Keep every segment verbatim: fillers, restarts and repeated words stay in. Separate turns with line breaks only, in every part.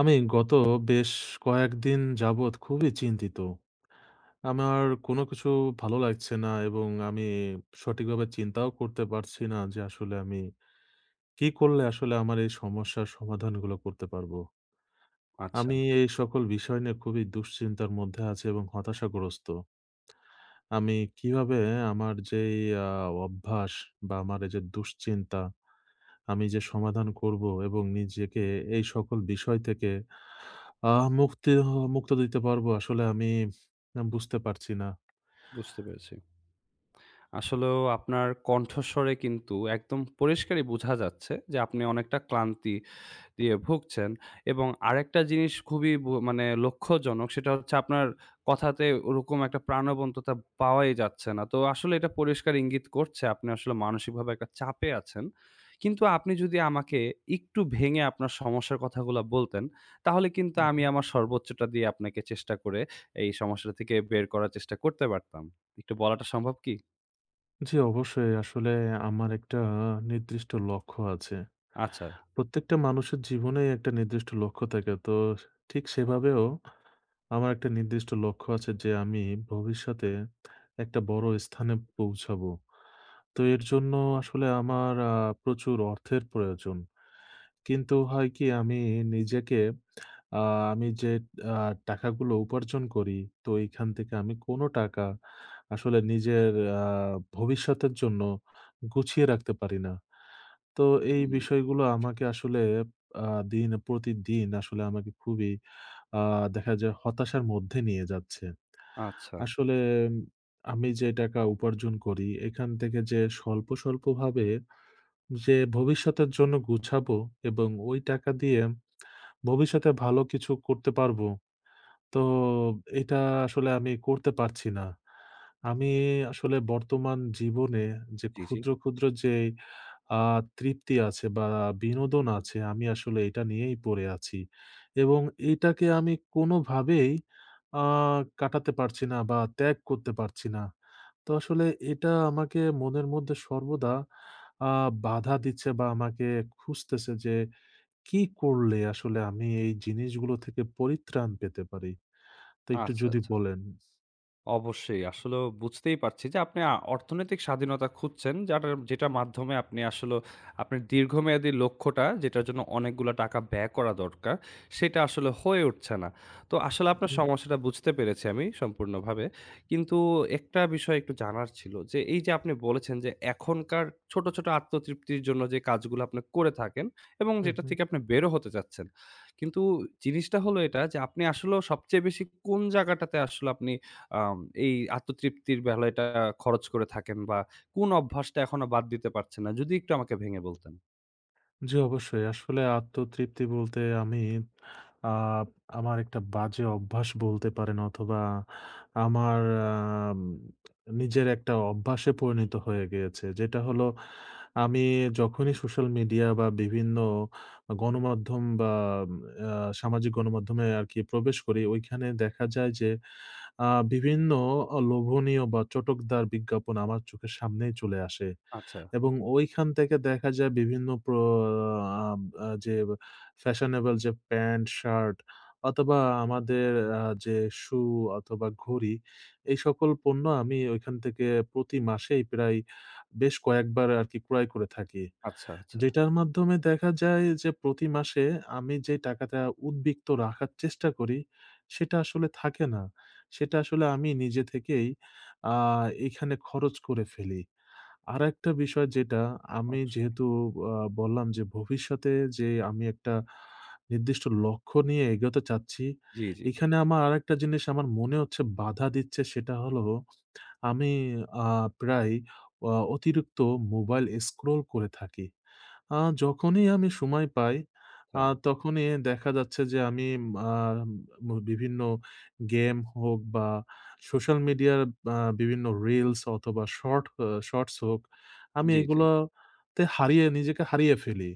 আমি গত বেশ কয়েকদিন যাবৎ খুবই চিন্তিত। আমার কোনো কিছু ভালো লাগছে না এবং আমি সঠিকভাবে চিন্তাও করতে পারছি না যে আসলে আমি কি করলে আসলে আমার এই সমস্যার সমাধানগুলো করতে পারবো?
আচ্ছা,
আমি এই সকল বিষয় নিয়ে খুবই দুশ্চিন্তার মধ্যে আছি এবং হতাশাগ্রস্ত। আমি কিভাবে আমার যেই আ অভ্যাস বা আমার এই যে দুশ্চিন্তা, আমি যে সমাধান করবো এবং নিজেকে এই সকল বিষয় থেকে আহ মুক্তি হ মুক্ত দিতে পারবো আসলে আমি আ বুঝতে পারছি না।
বুঝতে পেরেছি। আসলেও আপনার কণ্ঠস্বরে কিন্তু একদম পরিষ্কারই বোঝা যাচ্ছে যে আপনি অনেকটা ক্লান্তি দিয়ে ভুগছেন এবং আরেকটা জিনিস খুবই ব মানে লক্ষ্যজনক সেটা হচ্ছে আপনার কথাতে ওরকম একটা প্রাণবন্ততা পাওয়াই যাচ্ছে না। তো আসলে এটা পরিষ্কার ইঙ্গিত করছে আপনি আসলে মানসিকভাবে একটা চাপে আছেন। কিন্তু আপনি যদি আমাকে একটু ভেঙে আপনার সমস্যার কথাগুলা বলতেন, তাহলে কিন্তু
হু,
আমি
হু।
আমার সর্বোচ্চটা দিয়ে আপনাকে চেষ্টা করে এই সমস্যাটা থেকে বের করার চেষ্টা করতে পারতাম। একটু বলাটা সম্ভব কি?
জি, অবশ্যই আসলে আমার একটা নির্দিষ্ট লক্ষ্য আছে।
আচ্ছা।
প্রত্যেকটা মানুষের জীবনেই একটা নির্দিষ্ট লক্ষ্য থাকে। তো ঠিক সেভাবেও আমার একটা নির্দিষ্ট লক্ষ্য আছে যে আমি ভবিষ্যতে একটা বড় স্থানে পৌঁছাবো। তো এর জন্য আসলে আমার আ প্রচুর অর্থের প্রয়োজন। কিন্তু হয় কি, আমি নিজেকে আ আমি যে আ টাকাগুলো উপার্জন করি, তো এইখান থেকে আমি কোনো টাকা আসলে নিজের আ ভবিষ্যতের জন্য গুছিয়ে রাখতে পারি না। তো এই
উম
বিষয়গুলো আমাকে আসলে আ দিন প্রতিদিন আসলে আমাকে খুবই আ দেখা যায় হতাশার মধ্যে নিয়ে যাচ্ছে।
আচ্ছা।
আসলে উম, আমি যে টাকা উপার্জন করি, এখান থেকে যে স্বল্প, স্বল্পভাবে যে ভবিষ্যতের জন্য গুছাবো এবং ওই টাকা দিয়ে ভবিষ্যতে ভালো কিছু করতে পারবো। তো এটা আসলে আমি করতে পারছি না। আমি আসলে বর্তমান জীবনে যে
জি, জি।
ক্ষুদ্র, ক্ষুদ্র যে আ তৃপ্তি আছে বা বিনোদন আছে, আমি আসলে এটা নিয়েই পড়ে আছি। এবং এটাকে আমি কোনোভাবেই আ কাটাতে পারছি না বা ত্যাগ করতে পারছি না। তো আসলে এটা আমাকে মনের মধ্যে সর্বদা আ বাধা দিচ্ছে বা আমাকে খুঁজতেছে যে, কি করলে আসলে আমি এই জিনিসগুলো থেকে পরিত্রাণ পেতে পারি? তো একটু
আচ্ছা,
যদি
আচ্ছা।
বলেন?
অবশ্যই। আসলেও বুঝতেই পারছি যে আপনি আ অর্থনৈতিক স্বাধীনতা খুঁজছেন যাটার যেটার মাধ্যমে আপনি আসলেও আপনার দীর্ঘমেয়াদী লক্ষ্যটা যেটার জন্য অনেকগুলা টাকা ব্যয় করা দরকার, সেটা আসলে হয়ে উঠছে না। তো আসলে আপনার
হু,
সমস্যাটা বুঝতে পেরেছি আমি সম্পূর্ণভাবে। কিন্তু একটা বিষয় একটু জানার ছিল যে এই যে আপনি বলেছেন যে এখনকার ছোট, ছোট আত্মতৃপ্তির জন্য যে কাজগুলো আপনি করে থাকেন এবং
হু,
যেটা
হু।
থেকে আপনি বেরো হতে চাচ্ছেন। কিন্তু জিনিসটা হলো এটা যে আপনি আসলেও সবচেয়ে বেশি কোন জায়গাটাতে আসলে আপনি আম এই আত্মতৃপ্তির বেলায়টা খরচ করে থাকেন বা কোন অভ্যাসটা এখনো বাদ দিতে পারছেন না? যদি একটু আমাকে ভেঙে বলতেন।
জি, অবশ্যই। আসলে আত্মতৃপ্তি বলতে আমি আ আমার একটা বাজে অভ্যাস বলতে পারেন, অথবা আমার আম নিজের একটা অভ্যাসে পরিণত হয়ে গিয়েছে। যেটা হলো, আমি যখনই সোশ্যাল মিডিয়া বা বিভিন্ন গণমাধ্যম বা আ সামাজিক গণমাধ্যমে আরকি প্রবেশ করি, ওইখানে দেখা যায় যে আ বিভিন্ন অ লোভনীয় বা চটকদার বিজ্ঞাপন আমার চোখের সামনেই চলে আসে।
আচ্ছা,
এবং ওইখান থেকে দেখা যায় বিভিন্ন প্র আম আ যে ফ্যাশনেবল যে প্যান্ট-শার্ট অথবা আমাদের আ যে শু অথবা ঘড়ি, এই সকল পণ্য আমি ওইখান থেকে প্রতি মাসেই প্রায় বেশ কয়েকবার আরকি ক্রয় করে থাকি।
আচ্ছা, আচ্ছা।
যেটার মাধ্যমে দেখা যায় যে প্রতি মাসে আমি যে টাকাটা উদ্বৃত্ত রাখার চেষ্টা করি, সেটা আসলে থাকে না। সেটা আসলে আমি নিজে থেকেই আ এখানে খরচ করে ফেলি। আরেকটা বিষয় যেটা, আমি
অবশ্যই।
যেহেতু আ বললাম যে ভবিষ্যতে যে আমি একটা নির্দিষ্ট লক্ষ্য নিয়ে এগোতে চাচ্ছি।
জি, জি।
এখানে আমার আরেকটা জিনিস আমার মনে হচ্ছে বাধা দিচ্ছে, সেটা হলো আমি আ প্রায় আ অতিরিক্ত মোবাইল স্ক্রল করে থাকি। আ যখনই আমি সময় পাই,
আচ্ছা।
আ তখনই দেখা যাচ্ছে যে আমি আ ম বিভিন্ন গেম হোক বা সোশ্যাল মিডিয়ার আ বিভিন্ন রিলস অথবা শর্ট আ শর্টস হোক, আমি
জি, জি।
এগুলোতে হারিয়ে নিজেকে হারিয়ে ফেলি।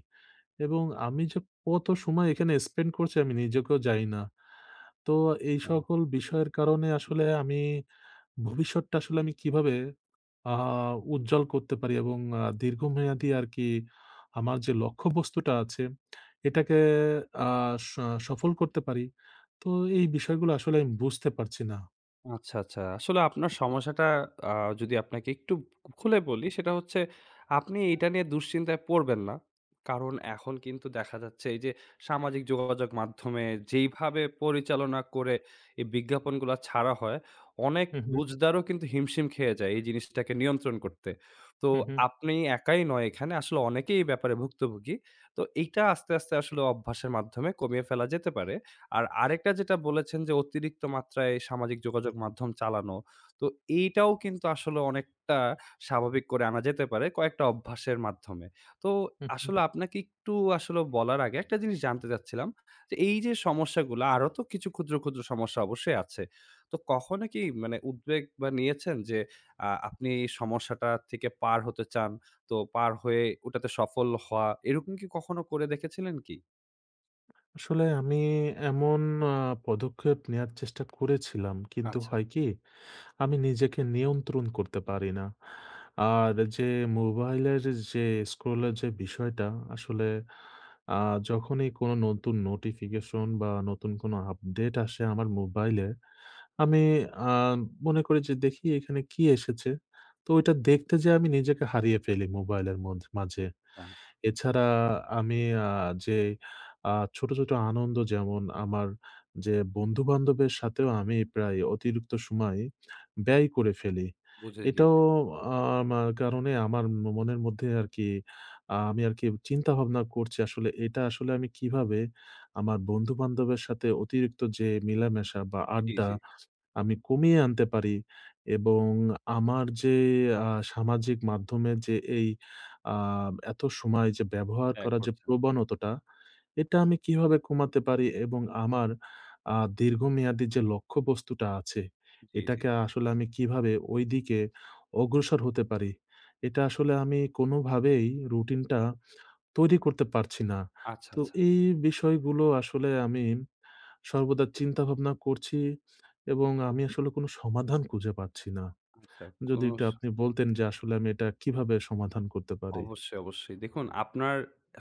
এবং আমি যে কত সময় এখানে স্পেন্ড করছি আমি নিজেকেও জানি না। তো এই
আ
সকল বিষয়ের কারণে আসলে আমি ভবিষ্যৎটা আসলে আমি কিভাবে আ উজ্জ্বল করতে পারি এবং আ দীর্ঘমেয়াদী আরকি আমার যে লক্ষ্যবস্তুটা আছে, এটাকে আ স সফল করতে পারি। তো এই বিষয়গুলো আসলে আমি বুঝতে পারছি না।
আচ্ছা, আচ্ছা। আসলে আপনার সমস্যাটা আ যদি আপনাকে একটু খুলে বলি সেটা হচ্ছে আপনি এটা নিয়ে দুশ্চিন্তায় পড়বেন না। কারণ এখন কিন্তু দেখা যাচ্ছে এই যে সামাজিক যোগাযোগ মাধ্যমে যেইভাবে পরিচালনা করে এই বিজ্ঞাপনগুলা ছাড়া হয়, অনেক
হু, হু,
বুজদারও কিন্তু হিমশিম খেয়ে যায় এই জিনিসটাকে নিয়ন্ত্রণ করতে। তো
হু, হু,
আপনি একাই নয় এখানে আসলে অনেকেই এই ব্যাপারে ভুক্তভোগী। তো এইটা আস্তে, আস্তে আসলে অভ্যাসের মাধ্যমে কমিয়ে ফেলা যেতে পারে। আর আরেকটা যেটা বলেছেন যে অতিরিক্ত মাত্রায় সামাজিক যোগাযোগ মাধ্যম চালানো। তো এইটাও কিন্তু আসলে অনেকটা স্বাভাবিক করে আনা যেতে পারে কয়েকটা অভ্যাসের মাধ্যমে। তো
হু, হু।
আসলে আপনাকে একটু আসলে বলার আগে একটা জিনিস জানতে চাচ্ছিলাম যে এই যে সমস্যাগুলা আরো তো কিছু ক্ষুদ্র, ক্ষুদ্র সমস্যা অবশ্যই আছে। তো কখনো কি মানে উদ্বেগ বা নিয়েছেন যে আ আপনি এই সমস্যাটা থেকে পার হতে চান, তো পার হয়ে ওটাতে সফল হওয়া এরকম কি কখনো করে দেখেছিলেন কি?
আসলে আমি এমন আ পদক্ষেপ নেয়ার চেষ্টা করেছিলাম। কিন্তু
আচ্ছা,
হয় কি, আমি নিজেকে নিয়ন্ত্রণ করতে পারি না। আর যে মোবাইলের যে স্ক্রলের যে বিষয়টা আসলে, আ যখনই কোনো নতুন নোটিফিকেশন বা নতুন কোনো আপডেট আসে আমার মোবাইলে, আমি আ মনে করি যে দেখি এখানে কি এসেছে। তো ওইটা দেখতে যেয়ে আমি নিজেকে হারিয়ে ফেলি মোবাইলের মধ্য মাঝে।
আ
এছাড়া আমি আ যে আ ছোট, ছোট আনন্দ, যেমন আমার যে বন্ধু-বান্ধবের সাথেও আমি প্রায় অতিরিক্ত সময় ব্যয় করে ফেলি।
বুঝে
এটাও
গিয়েছি।
আ আমার কারণে আমার ম মনের মধ্যে আরকি, আ আমি আরকি চিন্তাভাবনা করছি আসলে এটা আসলে আমি কিভাবে আমার বন্ধু-বান্ধবের সাথে অতিরিক্ত যে মেলামেশা বা
জি,
আড্ডা
জি।
আমি কমিয়ে আনতে পারি, এবং আমার যে আ সামাজিক মাধ্যমে যে এই আ এত সময় যে ব্যবহার
ত্যাগ
করার যে
করছেন।
প্রবণতাটা, এটা আমি কিভাবে কমাতে পারি, এবং আমার আ দীর্ঘমেয়াদী যে লক্ষ্যবস্তুটা আছে,
জি, জি।
এটাকে আসলে আমি কিভাবে ঐদিকে অগ্রসর হতে পারি? এটা আসলে আমি কোনোভাবেই রুটিনটা তৈরি করতে পারছি না।
আচ্ছা,
তো
আচ্ছা,
এই বিষয়গুলো আসলে আমি সর্বদা চিন্তাভাবনা করছি এবং আমি আসলে কোনো সমাধান খুঁজে পাচ্ছি না।
আচ্ছা।
যদি
কোনো
একটু আপনি বলতেন যে আসলে আমি এটা কিভাবে সমাধান করতে পারি?
অবশ্যই, অবশ্যই। দেখুন আপনার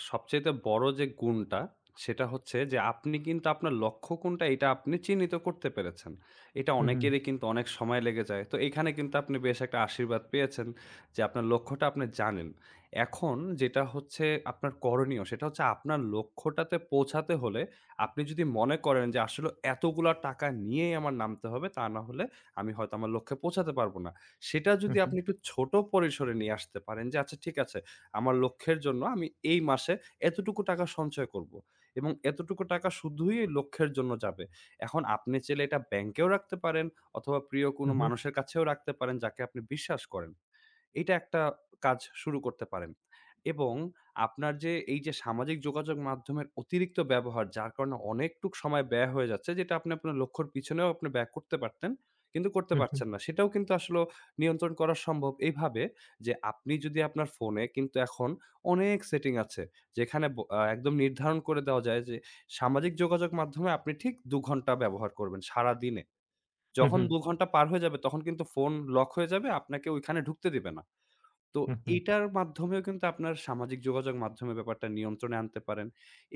সবচাইতে বড় যে গুণটা সেটা হচ্ছে যে আপনি কিন্তু আপনার লক্ষ্য কোনটা এটা আপনি চিহ্নিত করতে পেরেছেন। এটা
হু, হু,
অনেকেরই কিন্তু অনেক সময় লেগে যায়। তো এখানে কিন্তু আপনি বেশ একটা আশীর্বাদ পেয়েছেন যে আপনার লক্ষ্যটা আপনি জানেন। এখন যেটা হচ্ছে আপনার করণীয় সেটা হচ্ছে আপনার লক্ষ্যটাতে পৌঁছাতে হলে আপনি যদি মনে করেন যে আসলে এতগুলা টাকা নিয়েই আমার নামতে হবে তা না হলে আমি হয়তো আমার লক্ষ্যে পৌঁছাতে পারব না। সেটা যদি
হু,
আপনি একটু ছোট পরিসরে নিয়ে আসতে পারেন যে আচ্ছা ঠিক আছে আমার লক্ষ্যের জন্য আমি এই মাসে এতটুকু টাকা সঞ্চয় করব। এবং এতটুকু টাকা শুধুই এই লক্ষ্যের জন্য যাবে। এখন আপনি চাইলে এটা ব্যাংকেও রাখতে পারেন অথবা প্রিয়
হু,
কোনো
হু,
মানুষের কাছেও রাখতে পারেন যাকে আপনি বিশ্বাস করেন। এটা একটা কাজ শুরু করতে পারেন এবং আপনার যে এই যে সামাজিক যোগাযোগ মাধ্যমের অতিরিক্ত ব্যবহার যার কারণে অনেকটুক সময় ব্যয় হয়ে যাচ্ছে যেটা আপনি আপনার লক্ষ্যর পিছনেও আপনি ব্যয় করতে পারতেন কিন্তু করতে
হু, হু,
পারছেন না সেটাও কিন্তু আসলে নিয়ন্ত্রণ করা সম্ভব এইভাবে যে আপনি যদি আপনার ফোনে কিন্তু এখন অনেক সেটিং আছে যেখানে ব- আহ, একদম নির্ধারণ করে দেওয়া যায় যে সামাজিক যোগাযোগ মাধ্যমে আপনি ঠিক দু ঘন্টা ব্যবহার করবেন সারা দিনে
হু,
যখন
হু,
দু ঘন্টা পার হয়ে যাবে তখন কিন্তু ফোন লক হয়ে যাবে আপনাকে ওইখানে ঢুকতে দিবে না তো
হু, হু,
এইটার মাধ্যমেও কিন্তু আপনার সামাজিক যোগাযোগ মাধ্যমে ব্যাপারটা নিয়ন্ত্রণে আনতে পারেন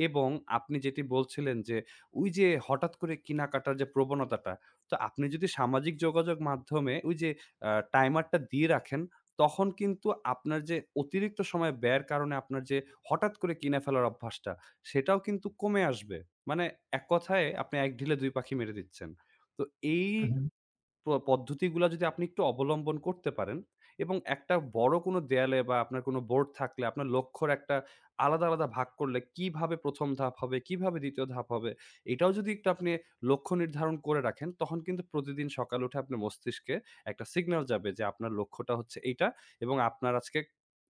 এবং আপনি যেটি বলছিলেন যে, ওই যে হঠাৎ করে কেনাকাটার যে প্রবণতাটা, তো আপনি যদি সামাজিক যোগাযোগ মাধ্যমে ওই যে আ টাইমারটা দিয়ে রাখেন, তখন কিন্তু আপনার যে অতিরিক্ত সময় ব্যয়ের কারণে আপনার যে হঠাৎ করে কিনে ফেলার অভ্যাসটা, সেটাও কিন্তু কমে আসবে। মানে এক কথায় আপনি এক ঢিলে দুই পাখি মেরে দিচ্ছেন। তো এই
হু।
প পদ্ধতিগুলা যদি আপনি একটু অবলম্বন করতে পারেন এবং একটা বড় কোনো দেয়ালে বা আপনার কোনো বোর্ড থাকলে আপনার লক্ষ্যর একটা আলাদা, আলাদা ভাগ করলে কিভাবে প্রথম ধাপ হবে, কিভাবে দ্বিতীয় ধাপ হবে, এটাও যদি একটু আপনি লক্ষ্য নির্ধারণ করে রাখেন, তখন কিন্তু প্রতিদিন সকালে উঠে আপনার মস্তিষ্কে একটা সিগন্যাল যাবে যে আপনার লক্ষ্যটা হচ্ছে এইটা এবং আপনার আজকে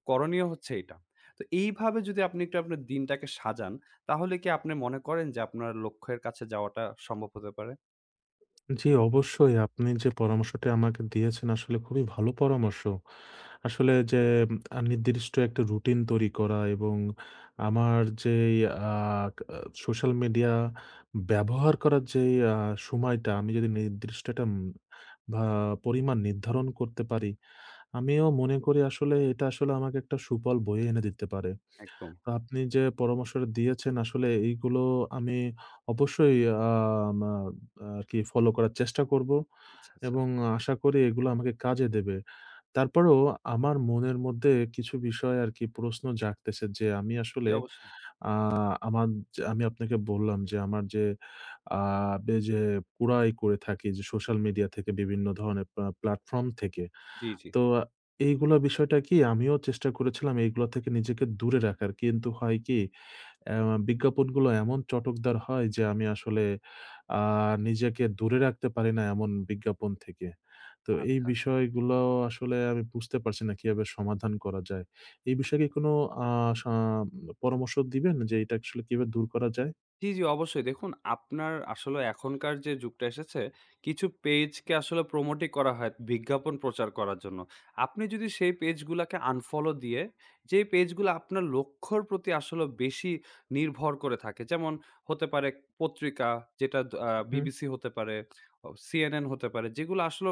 করণীয় হচ্ছে এইটা। তো এইভাবে যদি আপনি একটু আপনার দিনটাকে সাজান, তাহলে কি আপনি মনে করেন যে আপনার লক্ষ্যের কাছে যাওয়াটা সম্ভব হতে পারে?
জি, অবশ্যই। আপনি যে পরামর্শটা আমাকে দিয়েছেন আসলে খুবই ভালো পরামর্শ। আসলে যে আ নির্দিষ্ট একটা রুটিন তৈরি করা এবং আমার যেই আ ক সোশ্যাল মিডিয়া ব্যবহার করার যেই আ সময়টা আমি যদি নির্দিষ্ট একটা উম ভা পরিমাণ নির্ধারণ করতে পারি, আমিও মনে করি আসলে এটা আসলে আমাকে একটা সুফল বয়ে এনে দিতে পারে।
একদম।
আপনি যে পরামর্শটা দিয়েছেন আসলে এইগুলো আমি অবশ্যই আম আ আরকি ফলো করার চেষ্টা করব
আচ্ছা, আচ্ছা।
এবং আশা করি এগুলো আমাকে কাজে দেবে। তারপরেও আমার মনের মধ্যে কিছু বিষয় আরকি প্রশ্ন জাগতেছে যে আমি
জি,
আসলে
অবশ্যই।
আ আমার যে, আমি আপনাকে বললাম যে আমার যে আ বে যে কুড়াই করে থাকি যে সোশ্যাল মিডিয়া থেকে বিভিন্ন ধরনের পা প্ল্যাটফর্ম থেকে।
জি, জি।
তো এইগুলা বিষয়টা কি, আমিও চেষ্টা করেছিলাম এইগুলা থেকে নিজেকে দূরে রাখার। কিন্তু হয় কি, অ্যা বিজ্ঞাপনগুলো এমন চটকদার হয় যে আমি আসলে আ নিজেকে দূরে রাখতে পারি না এমন বিজ্ঞাপন থেকে। তো এই
আচ্ছা,
বিষয়গুলো আসলে আমি বুঝতে পারছি না কিভাবে সমাধান করা যায়। এই
আচ্ছা।
বিষয়ে কি কোনো আ সা পরামর্শ দিবেন যে এটা আসলে কিভাবে দূর করা যায়?
জি, জি অবশ্যই। দেখুন আপনার আসলে এখনকার যে যুগটা এসেছে, কিছু পেজকে আসলে প্রমোটই করা হয় বিজ্ঞাপন প্রচার করার জন্য। আপনি যদি সেই পেজগুলাকে আনফলো দিয়ে, যে পেজগুলা আপনার লক্ষ্যর প্রতি আসলে বেশি নির্ভর করে থাকে, যেমন হতে পারে পত্রিকা যেটা দ আ
হুম।
বিবিসি হতে পারে, অ সিএনএন হতে পারে, যেগুলো আসলে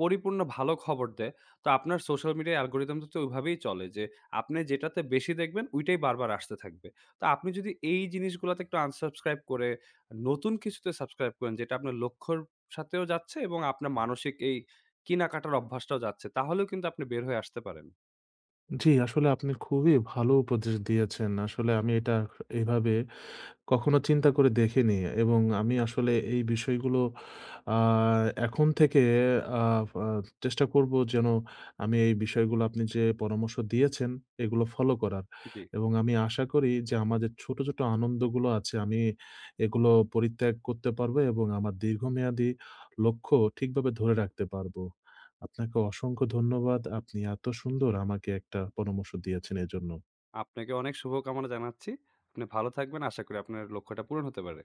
পরিপূর্ণ ভালো খবর দেয়। তো আপনার সোশ্যাল মিডিয়া অ্যালগরিদম তো ওইভাবেই চলে যে, আপনি যেটাতে বেশি দেখবেন, ওইটাই বারবার আসতে থাকবে। তো আপনি যদি এই জিনিসগুলাতে একটু unsubscribe করে নতুন কিছুতে subscribe করেন যেটা আপনার লক্ষ্যর সাথেও যাচ্ছে এবং আপনার মানসিক এই কেনাকাটার অভ্যাসটাও যাচ্ছে। তাহলেও কিন্তু আপনি বের হয়ে আসতে পারেন।
জি, আসলে আপনি খুবই ভালো উপদেশ দিয়েছেন। আসলে আমি এটা এভাবে কখনো চিন্তা করে দেখিনি এবং আমি আসলে এই বিষয়গুলো আ এখন থেকে আ আ চেষ্টা করব যেন আমি এই বিষয়গুলো আপনি যে পরামর্শ দিয়েছেন এগুলো ফলো করার।
জি।
এবং আমি আশা করি যে আমার যে ছোট, ছোট আনন্দগুলো আছে আমি এগুলো পরিত্যাগ করতে পারবো এবং আমার দীর্ঘমেয়াদী লক্ষ্য ঠিকভাবে ধরে রাখতে পারবো। আপনাকে অসংখ্য ধন্যবাদ। আপনি এত সুন্দর আমাকে একটা পরামর্শ দিয়েছেন এজন্য।
আপনাকে অনেক শুভকামনা জানাচ্ছি। আপনি ভালো থাকবেন। আশা করি আপনার লক্ষ্যটা পূরণ হতে পারে।